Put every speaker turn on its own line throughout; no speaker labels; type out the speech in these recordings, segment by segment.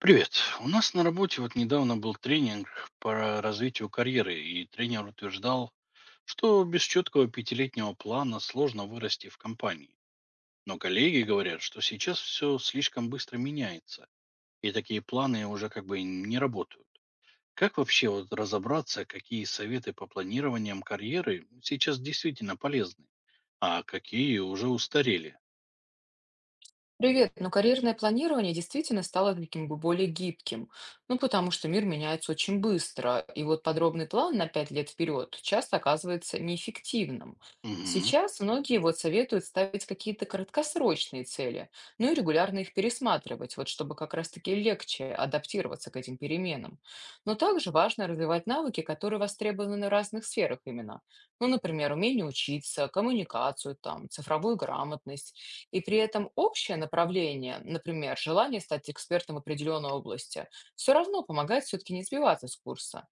Привет. У нас на работе вот недавно был тренинг по развитию карьеры, и тренер утверждал, что без четкого пятилетнего плана сложно вырасти в компании. Но коллеги говорят, что сейчас все слишком быстро меняется, и такие планы уже как бы не работают. Как вообще вот разобраться, какие советы по планированиям карьеры сейчас действительно полезны, а какие уже устарели?
Привет. Ну, карьерное планирование действительно стало таким бы более гибким. Ну, потому что мир меняется очень быстро. И вот подробный план на 5 лет вперед часто оказывается неэффективным.
Мгм.
Сейчас многие вот советуют ставить какие-то краткосрочные цели, ну и регулярно их пересматривать, вот чтобы как раз-таки легче адаптироваться к этим переменам. Но также важно развивать навыки, которые востребованы в разных сферах именно. Ну, например, умение учиться, коммуникацию, там, цифровую грамотность и при этом общее направление, например, желание стать экспертом определенной области, все равно помогает все-таки не сбиваться с курса.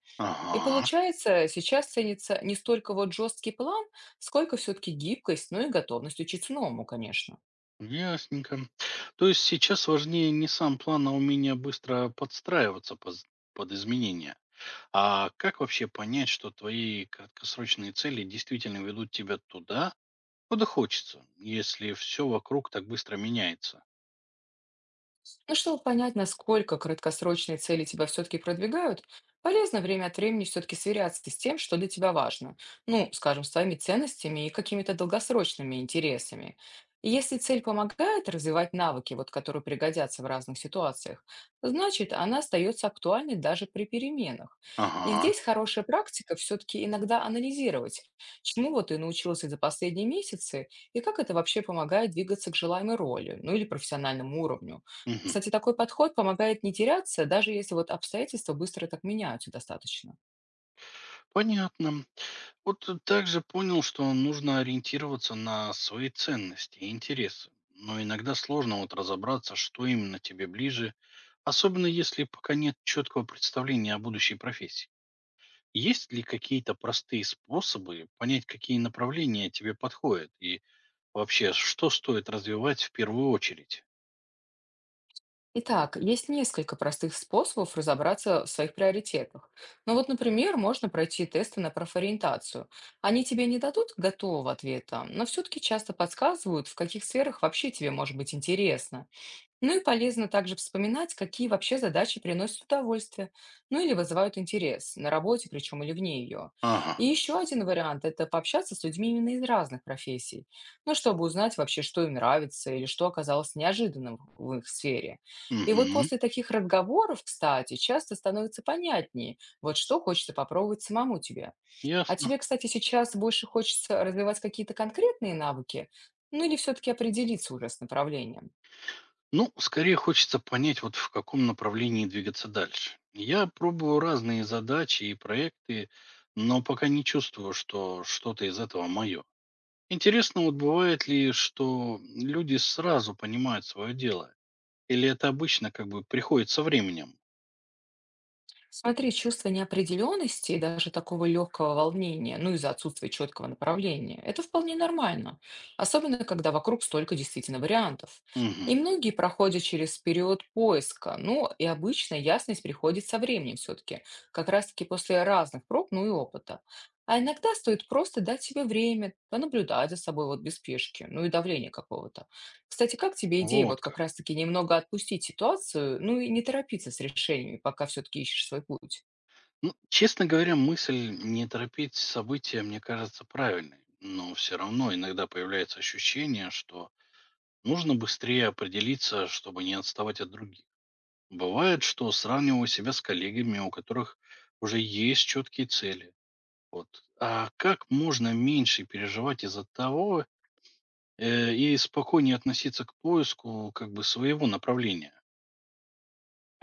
И
Ага.
получается, сейчас ценится не столько вот жесткий план, сколько все-таки гибкость, ну и готовность учиться новому, конечно.
Ясненько. То есть сейчас важнее не сам план, а умение быстро подстраиваться под изменения. А как вообще понять, что твои краткосрочные цели действительно ведут тебя туда, куда хочется, если все вокруг так быстро меняется?
Но чтобы понять, насколько краткосрочные цели тебя все-таки продвигают, полезно время от времени все-таки сверяться с тем, что для тебя важно. Ну, скажем, с твоими ценностями и какими-то долгосрочными интересами. И если цель помогает развивать навыки, вот, которые пригодятся в разных ситуациях, значит, она остается актуальной даже при переменах. И
Ага.
здесь хорошая практика все-таки иногда анализировать, чему вот ты научился за последние месяцы и как это вообще помогает двигаться к желаемой роли, ну или профессиональному уровню.
Мгм.
Кстати, такой подход помогает не теряться, даже если вот обстоятельства быстро так меняются достаточно.
Понятно. Вот также понял, что нужно ориентироваться на свои ценности и интересы. Но иногда сложно вот разобраться, что именно тебе ближе, особенно если пока нет четкого представления о будущей профессии. Есть ли какие-то простые способы понять, какие направления тебе подходят и вообще, что стоит развивать в первую очередь?
Итак, есть несколько простых способов разобраться в своих приоритетах. Ну вот, например, можно пройти тесты на профориентацию. Они тебе не дадут готового ответа, но все-таки часто подсказывают, в каких сферах вообще тебе может быть интересно. Ну и полезно также вспоминать, какие вообще задачи приносят удовольствие, ну или вызывают интерес, на работе причем или вне ее.
Ага.
И еще один вариант– это пообщаться с людьми именно из разных профессий, ну чтобы узнать вообще, что им нравится или что оказалось неожиданным в их сфере. И вот
Угу.
после таких разговоров, кстати, часто становится понятнее, вот что хочется попробовать самому тебе. А
Ясно.
тебе, кстати, сейчас больше хочется развивать какие-то конкретные навыки, ну или все-таки определиться уже с направлением?
Ну, скорее хочется понять, вот в каком направлении двигаться дальше. Я пробую разные задачи и проекты, но пока не чувствую, что что-то из этого мое. Интересно, вот бывает ли, что люди сразу понимают свое дело? Или это обычно как бы приходит со временем?
Смотри, чувство неопределенности и даже такого легкого волнения, ну из-за отсутствия четкого направления, это вполне нормально, особенно когда вокруг столько действительно вариантов.
Мгм.
И многие проходят через период поиска, ну и обычно ясность приходит со временем все-таки, как раз-таки после разных проб, ну и опыта. А иногда стоит просто дать себе время, понаблюдать за собой вот без спешки, ну и давления какого-то. Кстати, как тебе идея вот
Вот как.
как раз-таки немного отпустить ситуацию, ну и не торопиться с решениями, пока все-таки ищешь свой путь?
Ну, честно говоря, мысль не торопить события, мне кажется, правильной. Но все равно иногда появляется ощущение, что нужно быстрее определиться, чтобы не отставать от других. Бывает, что сравниваю себя с коллегами, у которых уже есть четкие цели. Вот. А как можно меньше переживать из-за того, и спокойнее относиться к поиску как бы своего направления?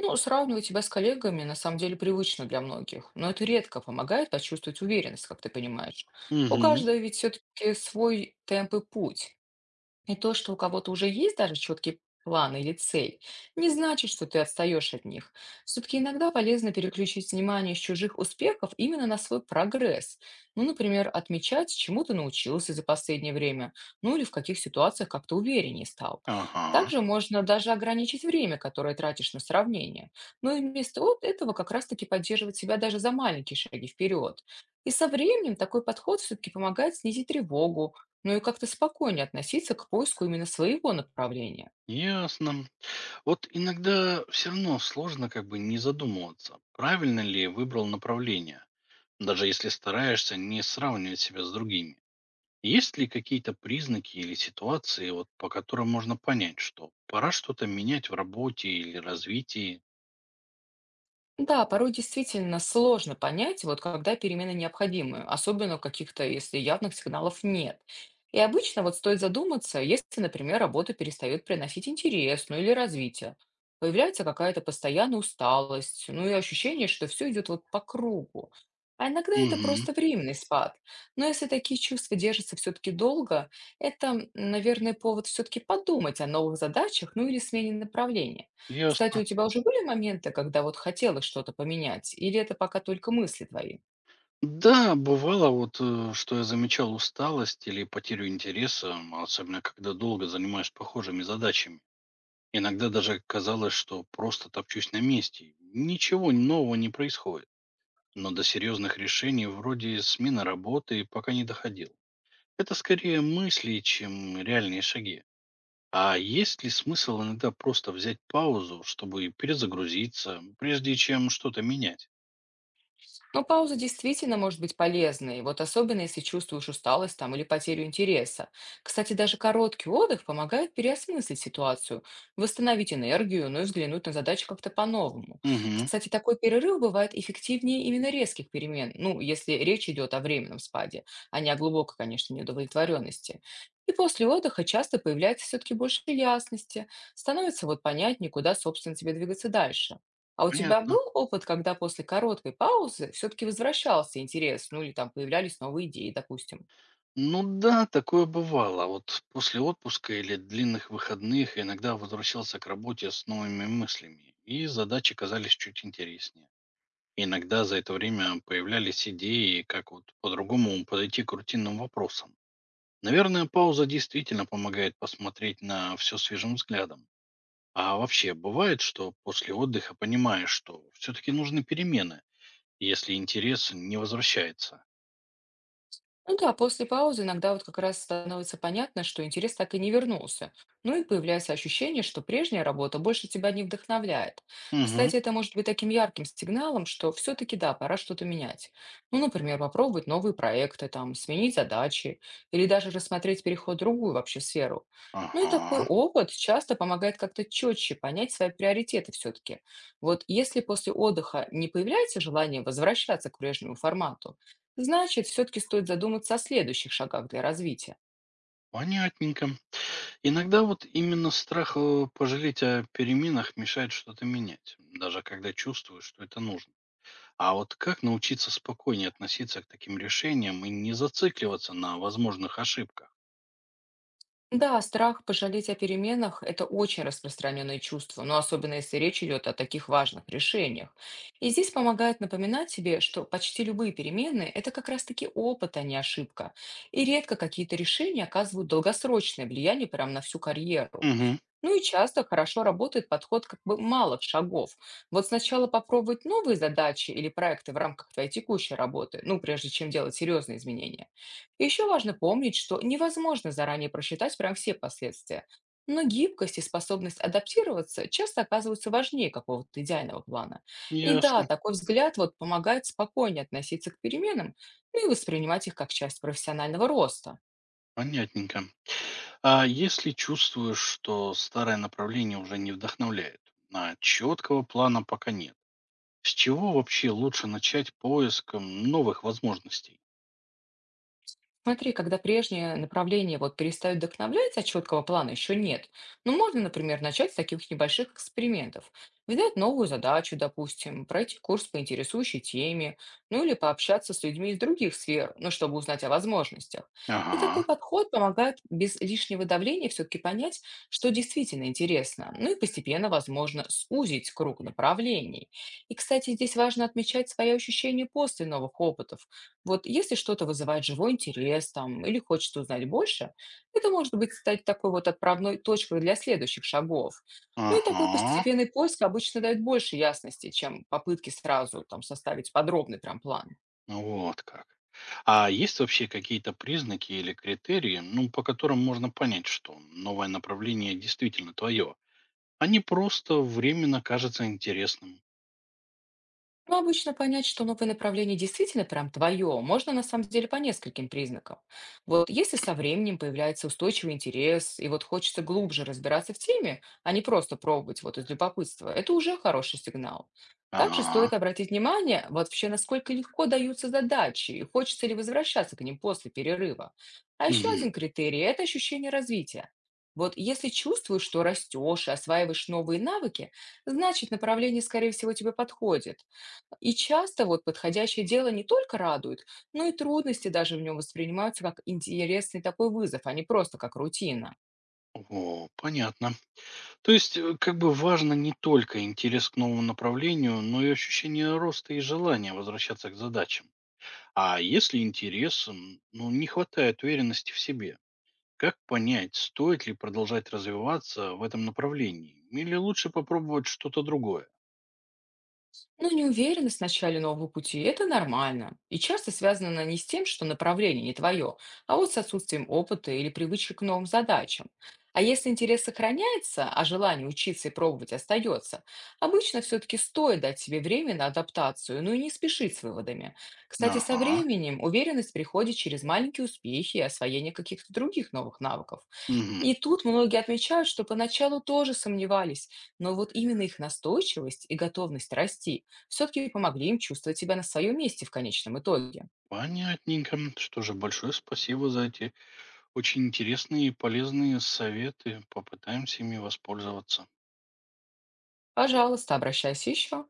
Ну, сравнивать тебя с коллегами на самом деле привычно для многих, но это редко помогает почувствовать уверенность, как ты понимаешь. У
Угу.
каждого ведь все-таки свой темп и путь. И то, что у кого-то уже есть даже четкий план или цель, не значит, что ты отстаешь от них. Все-таки иногда полезно переключить внимание с чужих успехов именно на свой прогресс. Ну, например, отмечать, чему ты научился за последнее время, ну или в каких ситуациях как-то увереннее стал.
Ага.
Также можно даже ограничить время, которое тратишь на сравнение. Но и вместо вот этого как раз-таки поддерживать себя даже за маленькие шаги вперед. И со временем такой подход все-таки помогает снизить тревогу, ну и как-то спокойнее относиться к поиску именно своего направления.
Ясно. Вот иногда все равно сложно как бы не задумываться, правильно ли выбрал направление, даже если стараешься не сравнивать себя с другими. Есть ли какие-то признаки или ситуации, вот, по которым можно понять, что пора что-то менять в работе или развитии?
Да, порой действительно сложно понять, вот когда перемены необходимы, особенно каких-то, если явных сигналов нет. И обычно вот стоит задуматься, если, например, работа перестает приносить интерес, ну или развитие. Появляется какая-то постоянная усталость, ну и ощущение, что все идет вот по кругу. А иногда это
Мгм.
просто временный спад. Но если такие чувства держатся все-таки долго, это, наверное, повод все-таки подумать о новых задачах, ну или смене направления. Кстати,
Ясно.
у тебя уже были моменты, когда вот хотелось что-то поменять, или это пока только мысли твои?
Да, бывало вот, что я замечал усталость или потерю интереса, особенно когда долго занимаюсь похожими задачами. Иногда даже казалось, что просто топчусь на месте. Ничего нового не происходит. Но до серьезных решений вроде смены работы пока не доходил. Это скорее мысли, чем реальные шаги. А есть ли смысл иногда просто взять паузу, чтобы перезагрузиться, прежде чем что-то менять?
Но пауза действительно может быть полезной, вот особенно если чувствуешь усталость там или потерю интереса. Кстати, даже короткий отдых помогает переосмыслить ситуацию, восстановить энергию, ну и взглянуть на задачу как-то по-новому.
Угу,
Кстати, такой перерыв бывает эффективнее именно резких перемен, ну, если речь идет о временном спаде, а не о глубокой, конечно, неудовлетворенности. И после отдыха часто появляется все-таки больше ясности, становится вот понятнее, куда, собственно, тебе двигаться дальше. А у тебя
понятно.
был опыт, когда после короткой паузы все-таки возвращался интерес, ну или там появлялись новые идеи, допустим?
Ну да, такое бывало. Вот после отпуска или длинных выходных иногда возвращался к работе с новыми мыслями, и задачи казались чуть интереснее. Иногда за это время появлялись идеи, как вот по-другому подойти к рутинным вопросам. Наверное, пауза действительно помогает посмотреть на все свежим взглядом. А вообще бывает, что после отдыха понимаешь, что все-таки нужны перемены, если интерес не возвращается.
Ну да, после паузы иногда вот как раз становится понятно, что интерес так и не вернулся. Ну и появляется ощущение, что прежняя работа больше тебя не вдохновляет.
Угу.
Кстати, это может быть таким ярким сигналом, что все-таки да, пора что-то менять. Ну, например, попробовать новые проекты, там, сменить задачи или даже рассмотреть переход в другую вообще сферу. Ну и такой
Ага.
опыт часто помогает как-то четче понять свои приоритеты все-таки. Вот если после отдыха не появляется желание возвращаться к прежнему формату, значит, все-таки стоит задуматься о следующих шагах для развития.
Понятненько. Иногда вот именно страх, пожалеть о переменах мешает что-то менять, даже когда чувствуешь, что это нужно. А вот как научиться спокойнее относиться к таким решениям и не зацикливаться на возможных ошибках?
Да, страх пожалеть о переменах– это очень распространенное чувство, но особенно если речь идет о таких важных решениях. И здесь помогает напоминать себе, что почти любые перемены– это как раз-таки опыт, а не ошибка. И редко какие-то решения оказывают долгосрочное влияние прямо на всю карьеру.
Угу.
Ну и часто хорошо работает подход как бы малых шагов. Вот сначала попробовать новые задачи или проекты в рамках твоей текущей работы, ну, прежде чем делать серьезные изменения. Еще важно помнить, что невозможно заранее просчитать прям все последствия, но гибкость и способность адаптироваться часто оказываются важнее какого-то идеального плана. И да,
Ясно.
такой взгляд вот помогает спокойнее относиться к переменам ну и воспринимать их как часть профессионального роста.
Понятненько. А если чувствуешь, что старое направление уже не вдохновляет, а четкого плана пока нет, с чего вообще лучше начать поиск новых возможностей?
Смотри, когда прежние направления вот перестают вдохновлять, а четкого плана еще нет, ну, можно, например, начать с таких небольших экспериментов. Взять новую задачу, допустим, пройти курс по интересующей теме, ну или пообщаться с людьми из других сфер, ну, чтобы узнать о возможностях. И
Ага,
такой подход помогает без лишнего давления все-таки понять, что действительно интересно, ну и постепенно, возможно, сузить круг направлений. И, кстати, здесь важно отмечать свои ощущения после новых опытов вот если что-то вызывает живой интерес там или хочется узнать больше, это может быть стать такой вот отправной точкой для следующих шагов. Ну и такой
ага,
постепенный поиск обычно дает больше ясности, чем попытки сразу там составить подробный прям план.
вот как. А есть вообще какие-то признаки или критерии, ну, по которым можно понять, что новое направление действительно твое, а не просто временно кажется интересным?
Ну, обычно понять, что новое направление действительно прям твое, можно на самом деле по нескольким признакам. Вот если со временем появляется устойчивый интерес, и вот хочется глубже разбираться в теме, а не просто пробовать вот из любопытства, это уже хороший сигнал. Также
Ага,
стоит обратить внимание, вообще, насколько легко даются задачи, и хочется ли возвращаться к ним после перерыва. А еще
мгм.
один критерий– это ощущение развития. Вот если чувствуешь, что растешь и осваиваешь новые навыки, значит, направление, скорее всего, тебе подходит. И часто вот подходящее дело не только радует, но и трудности даже в нем воспринимаются как интересный такой вызов, а не просто как рутина.
О, понятно. То есть, как бы важно не только интерес к новому направлению, но и ощущение роста и желание возвращаться к задачам. А если интерес, ну, не хватает уверенности в себе, как понять, стоит ли продолжать развиваться в этом направлении? Или лучше попробовать что-то другое?
Ну, неуверенность в начале нового пути– это нормально. И часто связано она не с тем, что направление не твое, а вот с отсутствием опыта или привычек к новым задачам. А если интерес сохраняется, а желание учиться и пробовать остается, обычно все-таки стоит дать себе время на адаптацию, ну и не спешить с выводами. Кстати, со
Ага.
временем уверенность приходит через маленькие успехи и освоение каких-то других новых навыков.
Мгм.
И тут многие отмечают, что поначалу тоже сомневались, но вот именно их настойчивость и готовность расти все-таки помогли им чувствовать себя на своем месте в конечном итоге.
Понятненько. Что же, большое спасибо за эти очень интересные и полезные советы. Попытаемся ими воспользоваться.
Пожалуйста, обращайся еще.